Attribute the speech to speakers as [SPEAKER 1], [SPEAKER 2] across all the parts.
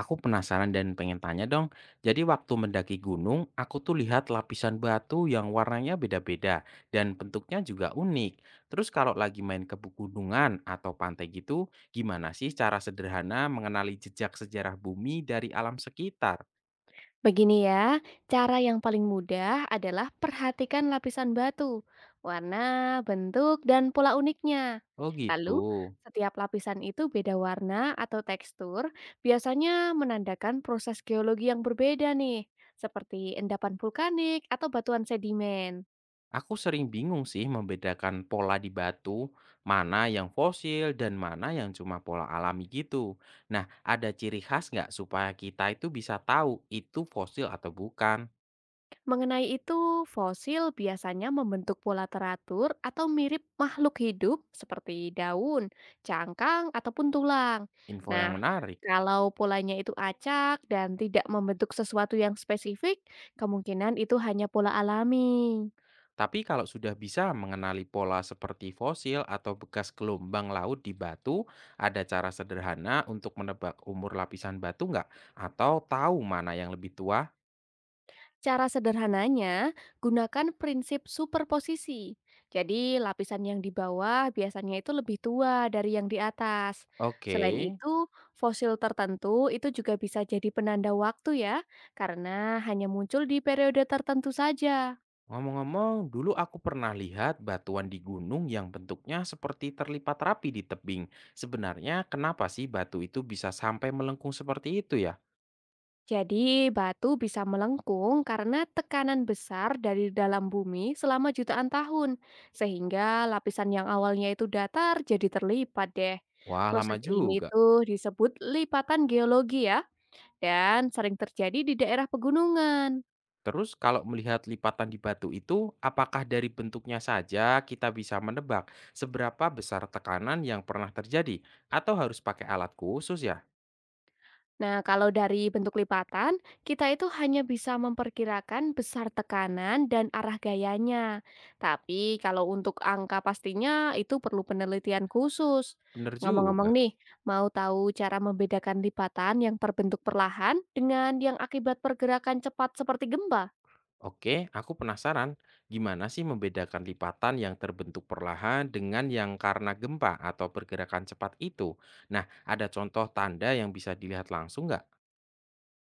[SPEAKER 1] Aku penasaran dan pengen tanya dong. Jadi waktu mendaki gunung, aku tuh lihat lapisan batu yang warnanya beda-beda dan bentuknya juga unik. Terus kalau lagi main ke pegunungan atau pantai gitu, gimana sih cara sederhana mengenali jejak sejarah bumi dari alam sekitar?
[SPEAKER 2] Begini ya, cara yang paling mudah adalah perhatikan lapisan batu, warna, bentuk, dan pola uniknya.
[SPEAKER 1] Oh gitu.
[SPEAKER 2] Lalu, setiap lapisan itu beda warna atau tekstur, biasanya menandakan proses geologi yang berbeda nih, seperti endapan vulkanik atau batuan sedimen.
[SPEAKER 1] Aku sering bingung sih membedakan pola di batu, mana yang fosil dan mana yang cuma pola alami gitu. Nah, ada ciri khas nggak supaya kita itu bisa tahu itu fosil atau bukan?
[SPEAKER 2] Mengenai itu, fosil biasanya membentuk pola teratur atau mirip makhluk hidup seperti daun, cangkang, ataupun tulang.
[SPEAKER 1] Info
[SPEAKER 2] Nah,
[SPEAKER 1] yang menarik.
[SPEAKER 2] kalau polanya itu acak dan tidak membentuk sesuatu yang spesifik, kemungkinan itu hanya pola alami.
[SPEAKER 1] Tapi kalau sudah bisa mengenali pola seperti fosil atau bekas gelombang laut di batu, ada cara sederhana untuk menebak umur lapisan batu nggak? Atau tahu mana yang lebih tua?
[SPEAKER 2] Cara sederhananya, gunakan prinsip superposisi. Jadi, lapisan yang di bawah biasanya itu lebih tua dari yang di atas.
[SPEAKER 1] Oke.
[SPEAKER 2] Selain itu, fosil tertentu itu juga bisa jadi penanda waktu ya, karena hanya muncul di periode tertentu saja.
[SPEAKER 1] Ngomong-ngomong, dulu aku pernah lihat batuan di gunung yang bentuknya seperti terlipat rapi di tebing. Sebenarnya kenapa sih batu itu bisa sampai melengkung seperti itu ya?
[SPEAKER 2] Jadi, batu bisa melengkung karena tekanan besar dari dalam bumi selama jutaan tahun, sehingga lapisan yang awalnya itu datar jadi terlipat deh.
[SPEAKER 1] Wah,
[SPEAKER 2] Proses
[SPEAKER 1] lama
[SPEAKER 2] ini
[SPEAKER 1] juga.
[SPEAKER 2] tuh disebut lipatan geologi ya, dan sering terjadi di daerah pegunungan.
[SPEAKER 1] Terus kalau melihat lipatan di batu itu, apakah dari bentuknya saja kita bisa menebak seberapa besar tekanan yang pernah terjadi? Atau harus pakai alat khusus ya?
[SPEAKER 2] Nah, kalau dari bentuk lipatan, kita itu hanya bisa memperkirakan besar tekanan dan arah gayanya. Tapi kalau untuk angka pastinya itu perlu penelitian khusus.
[SPEAKER 1] Bener juga.
[SPEAKER 2] Ngomong-ngomong nih, mau tahu cara membedakan lipatan yang berbentuk perlahan dengan yang akibat pergerakan cepat seperti gempa?
[SPEAKER 1] Oke, aku penasaran gimana sih membedakan lipatan yang terbentuk perlahan dengan yang karena gempa atau pergerakan cepat itu. Nah, ada contoh tanda yang bisa dilihat langsung nggak?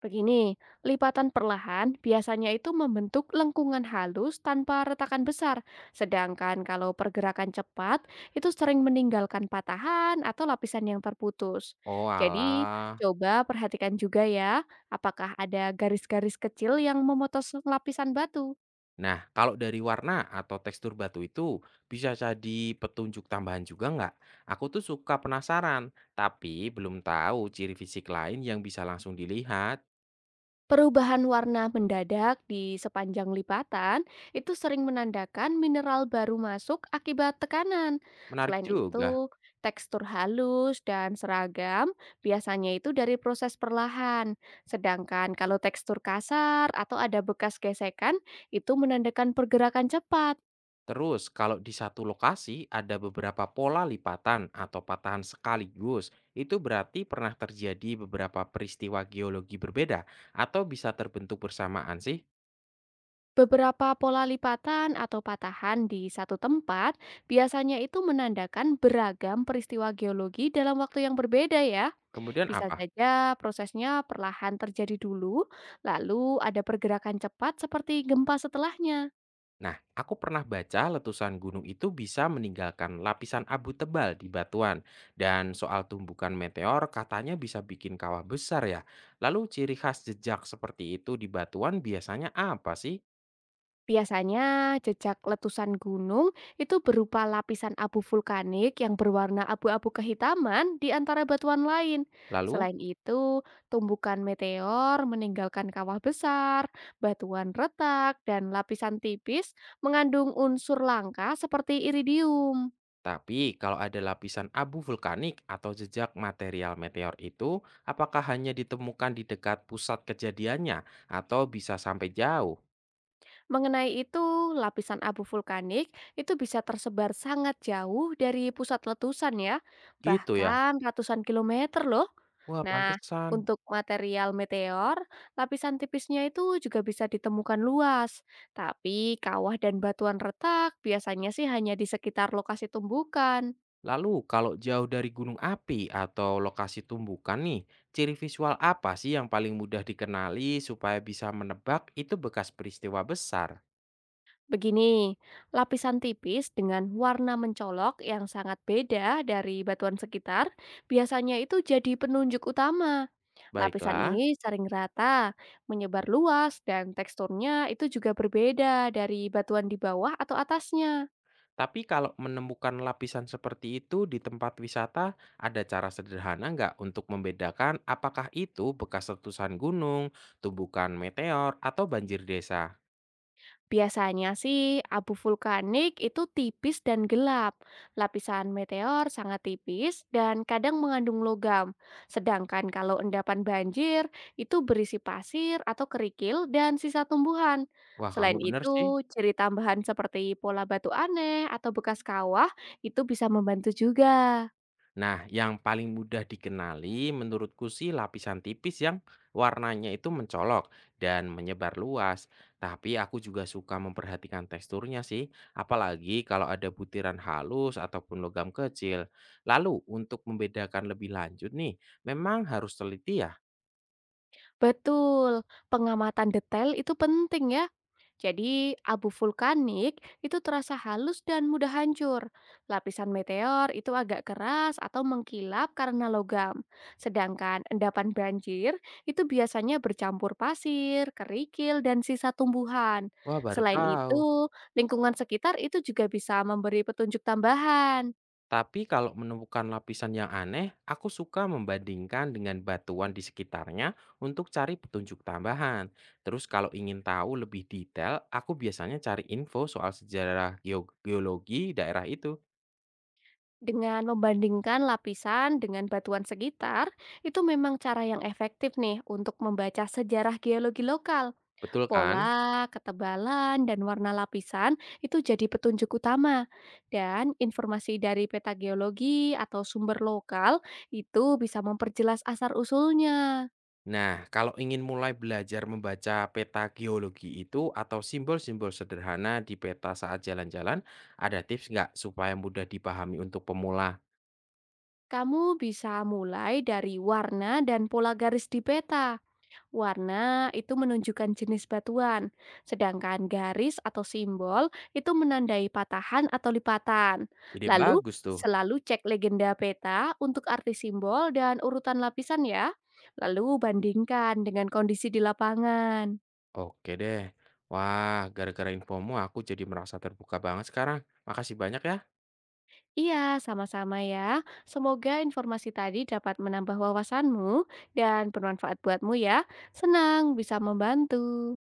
[SPEAKER 2] Begini, lipatan perlahan biasanya itu membentuk lengkungan halus tanpa retakan besar. Sedangkan kalau pergerakan cepat, itu sering meninggalkan patahan atau lapisan yang terputus.
[SPEAKER 1] Oh
[SPEAKER 2] Jadi,
[SPEAKER 1] alah.
[SPEAKER 2] coba perhatikan juga ya, apakah ada garis-garis kecil yang memotong lapisan batu.
[SPEAKER 1] Nah, kalau dari warna atau tekstur batu itu bisa jadi petunjuk tambahan juga nggak? Aku tuh suka penasaran, tapi belum tahu ciri fisik lain yang bisa langsung dilihat.
[SPEAKER 2] Perubahan warna mendadak di sepanjang lipatan itu sering menandakan mineral baru masuk akibat tekanan.
[SPEAKER 1] Menarik
[SPEAKER 2] Selain
[SPEAKER 1] juga.
[SPEAKER 2] itu, tekstur halus dan seragam biasanya itu dari proses perlahan. Sedangkan kalau tekstur kasar atau ada bekas gesekan itu menandakan pergerakan cepat.
[SPEAKER 1] Terus, kalau di satu lokasi ada beberapa pola lipatan atau patahan sekaligus, itu berarti pernah terjadi beberapa peristiwa geologi berbeda atau bisa terbentuk bersamaan sih.
[SPEAKER 2] Beberapa pola lipatan atau patahan di satu tempat biasanya itu menandakan beragam peristiwa geologi dalam waktu yang berbeda ya.
[SPEAKER 1] Kemudian
[SPEAKER 2] Bisa
[SPEAKER 1] apa?
[SPEAKER 2] saja prosesnya perlahan terjadi dulu, lalu ada pergerakan cepat seperti gempa setelahnya.
[SPEAKER 1] Nah, aku pernah baca letusan gunung itu bisa meninggalkan lapisan abu tebal di batuan. Dan soal tumbukan meteor katanya bisa bikin kawah besar ya. Lalu ciri khas jejak seperti itu di batuan biasanya apa sih?
[SPEAKER 2] Biasanya jejak letusan gunung itu berupa lapisan abu vulkanik yang berwarna abu-abu kehitaman di antara batuan lain.
[SPEAKER 1] Lalu.
[SPEAKER 2] Selain itu, tumbukan meteor meninggalkan kawah besar, batuan retak, dan lapisan tipis mengandung unsur langka seperti iridium.
[SPEAKER 1] Tapi kalau ada lapisan abu vulkanik atau jejak material meteor itu, apakah hanya ditemukan di dekat pusat kejadiannya atau bisa sampai jauh?
[SPEAKER 2] Mengenai itu, lapisan abu vulkanik itu bisa tersebar sangat jauh dari pusat letusan ya,
[SPEAKER 1] Gitu ya.
[SPEAKER 2] bahkan ratusan km loh.
[SPEAKER 1] Wah,
[SPEAKER 2] Nah,
[SPEAKER 1] pantesan.
[SPEAKER 2] untuk material meteor, lapisan tipisnya itu juga bisa ditemukan luas. Tapi kawah dan batuan retak biasanya sih hanya di sekitar lokasi tumbukan.
[SPEAKER 1] Lalu kalau jauh dari gunung api atau lokasi tumbukan nih, ciri visual apa sih yang paling mudah dikenali supaya bisa menebak itu bekas peristiwa besar?
[SPEAKER 2] Begini, lapisan tipis dengan warna mencolok yang sangat beda dari batuan sekitar, biasanya itu jadi penunjuk utama. Lapisan
[SPEAKER 1] Baiklah.
[SPEAKER 2] ini sering rata, menyebar luas, dan teksturnya itu juga berbeda dari batuan di bawah atau atasnya.
[SPEAKER 1] Tapi kalau menemukan lapisan seperti itu di tempat wisata, ada cara sederhana nggak untuk membedakan apakah itu bekas letusan gunung, tumbukan meteor, atau banjir desa?
[SPEAKER 2] Biasanya sih abu vulkanik itu tipis dan gelap. Lapisan meteor sangat tipis dan kadang mengandung logam. Sedangkan kalau endapan banjir itu berisi pasir atau kerikil dan sisa tumbuhan.
[SPEAKER 1] Wah,
[SPEAKER 2] Selain
[SPEAKER 1] kamu bener sih.
[SPEAKER 2] itu, ciri tambahan seperti pola batu aneh atau bekas kawah itu bisa membantu juga.
[SPEAKER 1] Nah, yang paling mudah dikenali menurutku sih lapisan tipis yang warnanya itu mencolok dan menyebar luas. Tapi aku juga suka memperhatikan teksturnya sih, apalagi kalau ada butiran halus ataupun logam kecil. Lalu, untuk membedakan lebih lanjut nih, memang harus teliti ya?
[SPEAKER 2] Betul, pengamatan detail itu penting ya. Jadi abu vulkanik itu terasa halus dan mudah hancur. Lapisan meteor itu agak keras atau mengkilap karena logam. Sedangkan endapan banjir itu biasanya bercampur pasir, kerikil, dan sisa tumbuhan.
[SPEAKER 1] Wah, baru
[SPEAKER 2] Selain
[SPEAKER 1] tahu.
[SPEAKER 2] itu, lingkungan sekitar itu juga bisa memberi petunjuk tambahan.
[SPEAKER 1] Tapi kalau menemukan lapisan yang aneh, aku suka membandingkan dengan batuan di sekitarnya untuk cari petunjuk tambahan. Terus kalau ingin tahu lebih detail, aku biasanya cari info soal sejarah geologi daerah itu.
[SPEAKER 2] Dengan membandingkan lapisan dengan batuan sekitar, itu memang cara yang efektif nih untuk membaca sejarah geologi lokal.
[SPEAKER 1] Betul kan?
[SPEAKER 2] Pola, ketebalan, dan warna lapisan itu jadi petunjuk utama. Dan informasi dari peta geologi atau sumber lokal itu bisa memperjelas asal-usulnya.
[SPEAKER 1] Nah, kalau ingin mulai belajar membaca peta geologi itu atau simbol-simbol sederhana di peta saat jalan-jalan, ada tips nggak supaya mudah dipahami untuk pemula?
[SPEAKER 2] Kamu bisa mulai dari warna dan pola garis di peta. Warna itu menunjukkan jenis batuan, sedangkan garis atau simbol itu menandai patahan atau lipatan.
[SPEAKER 1] Ide
[SPEAKER 2] Lalu,
[SPEAKER 1] bagus tuh.
[SPEAKER 2] selalu cek legenda peta untuk arti simbol dan urutan lapisan ya. Lalu bandingkan dengan kondisi di lapangan.
[SPEAKER 1] Oke deh. Wah, gara-gara infomu aku jadi merasa terbuka banget sekarang. Makasih banyak ya.
[SPEAKER 2] Iya, sama-sama ya. Semoga informasi tadi dapat menambah wawasanmu dan bermanfaat buatmu ya. Senang bisa membantu.